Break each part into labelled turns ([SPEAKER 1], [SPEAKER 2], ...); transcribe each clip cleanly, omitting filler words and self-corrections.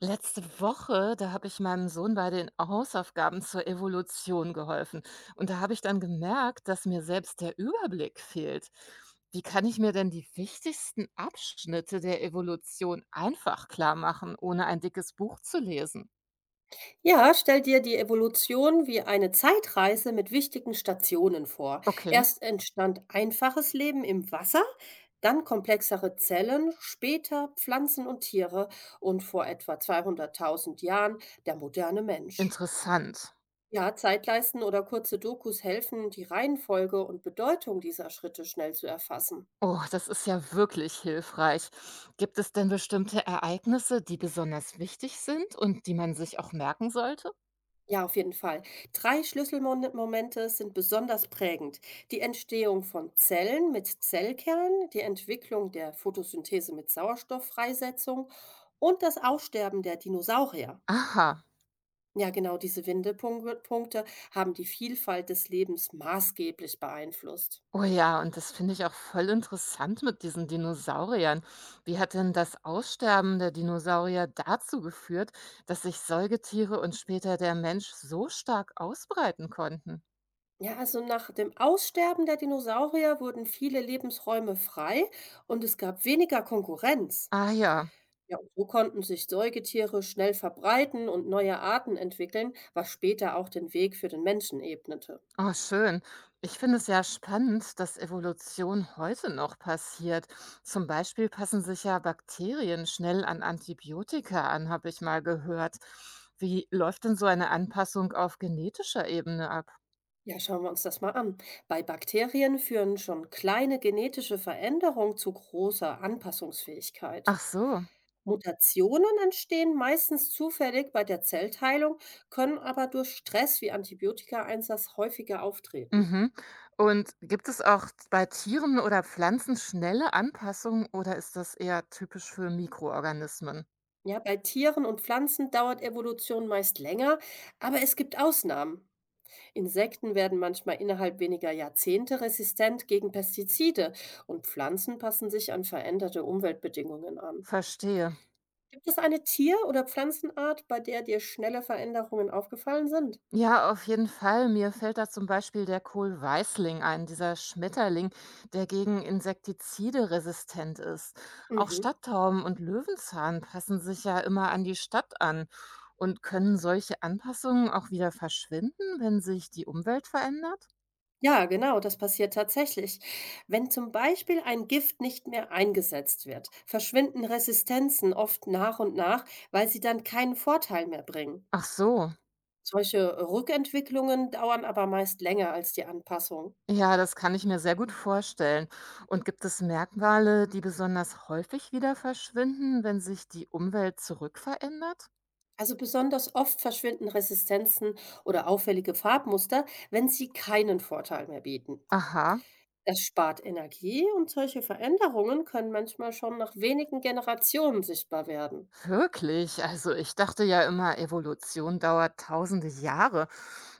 [SPEAKER 1] Letzte Woche, da habe ich meinem Sohn bei den Hausaufgaben zur Evolution geholfen. Und da habe ich dann gemerkt, dass mir selbst der Überblick fehlt. Wie kann ich mir denn die wichtigsten Abschnitte der Evolution einfach klar machen, ohne ein dickes Buch zu lesen?
[SPEAKER 2] Ja, stell dir die Evolution wie eine Zeitreise mit wichtigen Stationen vor.
[SPEAKER 1] Okay,
[SPEAKER 2] Erst entstand einfaches Leben im Wasser, dann komplexere Zellen, später Pflanzen und Tiere und vor etwa 200.000 Jahren der moderne Mensch.
[SPEAKER 1] interessant.
[SPEAKER 2] Ja, Zeitleisten oder kurze Dokus helfen, die Reihenfolge und Bedeutung dieser Schritte schnell zu erfassen.
[SPEAKER 1] Oh, das ist ja wirklich hilfreich. Gibt es denn bestimmte Ereignisse, die besonders wichtig sind und die man sich auch merken sollte?
[SPEAKER 2] Ja, auf jeden Fall. Drei Schlüsselmomente sind besonders prägend. Die Entstehung von Zellen mit Zellkern, die Entwicklung der Photosynthese mit Sauerstofffreisetzung und das Aussterben der Dinosaurier.
[SPEAKER 1] Aha.
[SPEAKER 2] Ja, genau diese Wendepunkte haben die Vielfalt des Lebens maßgeblich beeinflusst.
[SPEAKER 1] Oh ja, und das finde ich auch voll interessant mit diesen Dinosauriern. Wie hat denn das Aussterben der Dinosaurier dazu geführt, dass sich Säugetiere und später der Mensch so stark ausbreiten konnten?
[SPEAKER 2] Ja, also nach dem Aussterben der Dinosaurier wurden viele Lebensräume frei und es gab weniger Konkurrenz.
[SPEAKER 1] Ah ja,
[SPEAKER 2] Ja, und so konnten sich Säugetiere schnell verbreiten und neue Arten entwickeln, was später auch den Weg für den Menschen ebnete.
[SPEAKER 1] oh schön. Ich finde es ja spannend, dass Evolution heute noch passiert. Zum Beispiel passen sich ja Bakterien schnell an Antibiotika an, habe ich mal gehört. Wie läuft denn so eine Anpassung auf genetischer Ebene ab?
[SPEAKER 2] Ja, schauen wir uns das mal an. Bei Bakterien führen schon kleine genetische Veränderungen zu großer Anpassungsfähigkeit.
[SPEAKER 1] Ach so.
[SPEAKER 2] Mutationen entstehen meistens zufällig bei der Zellteilung, können aber durch Stress wie Antibiotikaeinsatz häufiger auftreten.
[SPEAKER 1] Mhm. Und gibt es auch bei Tieren oder Pflanzen schnelle Anpassungen oder ist das eher typisch für Mikroorganismen?
[SPEAKER 2] Ja, bei Tieren und Pflanzen dauert Evolution meist länger, aber es gibt Ausnahmen. Insekten werden manchmal innerhalb weniger Jahrzehnte resistent gegen Pestizide und Pflanzen passen sich an veränderte Umweltbedingungen an.
[SPEAKER 1] Verstehe.
[SPEAKER 2] Gibt es eine Tier- oder Pflanzenart, bei der dir schnelle Veränderungen aufgefallen sind?
[SPEAKER 1] Ja, auf jeden Fall. Mir fällt da zum Beispiel der Kohlweißling ein, dieser Schmetterling, der gegen Insektizide resistent ist. Auch
[SPEAKER 2] Mhm.
[SPEAKER 1] Stadttauben und Löwenzahn passen sich ja immer an die Stadt an. Und können solche Anpassungen auch wieder verschwinden, wenn sich die Umwelt verändert?
[SPEAKER 2] Ja, genau, das passiert tatsächlich. Wenn zum Beispiel ein Gift nicht mehr eingesetzt wird, verschwinden Resistenzen oft nach und nach, weil sie dann keinen Vorteil mehr bringen.
[SPEAKER 1] Ach so.
[SPEAKER 2] Solche Rückentwicklungen dauern aber meist länger als die Anpassung.
[SPEAKER 1] Ja, das kann ich mir sehr gut vorstellen. Und gibt es Merkmale, die besonders häufig wieder verschwinden, wenn sich die Umwelt zurückverändert?
[SPEAKER 2] Also besonders oft verschwinden Resistenzen oder auffällige Farbmuster, wenn sie keinen Vorteil mehr bieten.
[SPEAKER 1] Aha,
[SPEAKER 2] Das spart Energie und solche Veränderungen können manchmal schon nach wenigen Generationen sichtbar werden.
[SPEAKER 1] wirklich. Also ich dachte ja immer, Evolution dauert tausende Jahre.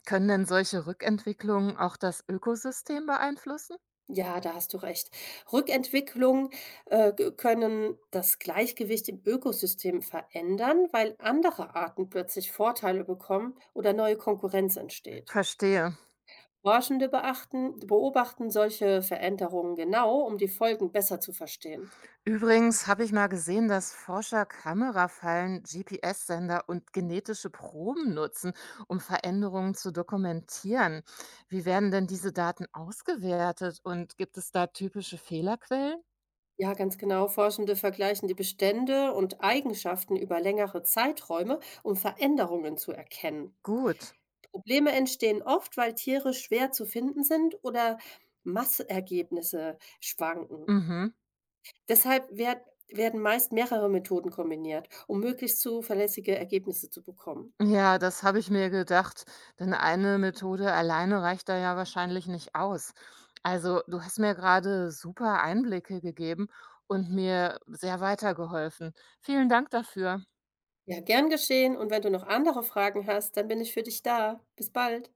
[SPEAKER 1] Können denn solche Rückentwicklungen auch das Ökosystem beeinflussen?
[SPEAKER 2] Ja, da hast du recht. Rückentwicklungen können das Gleichgewicht im Ökosystem verändern, weil andere Arten plötzlich Vorteile bekommen oder neue Konkurrenz entsteht.
[SPEAKER 1] Verstehe.
[SPEAKER 2] Forschende beobachten solche Veränderungen genau, um die Folgen besser zu verstehen.
[SPEAKER 1] Übrigens habe ich mal gesehen, dass Forscher Kamerafallen, GPS-Sender und genetische Proben nutzen, um Veränderungen zu dokumentieren. Wie werden denn diese Daten ausgewertet und gibt es da typische Fehlerquellen?
[SPEAKER 2] Ja, ganz genau. Forschende vergleichen die Bestände und Eigenschaften über längere Zeiträume, um Veränderungen zu erkennen.
[SPEAKER 1] Gut.
[SPEAKER 2] Probleme entstehen oft, weil Tiere schwer zu finden sind oder Massergebnisse schwanken.
[SPEAKER 1] Mhm.
[SPEAKER 2] Deshalb werden meist mehrere Methoden kombiniert, um möglichst zuverlässige Ergebnisse zu bekommen.
[SPEAKER 1] Ja, das habe ich mir gedacht, denn eine Methode alleine reicht da ja wahrscheinlich nicht aus. Also, du hast mir gerade super Einblicke gegeben und mir sehr weitergeholfen. Vielen Dank dafür.
[SPEAKER 2] Ja, gern geschehen. Und wenn du noch andere Fragen hast, dann bin ich für dich da. Bis bald.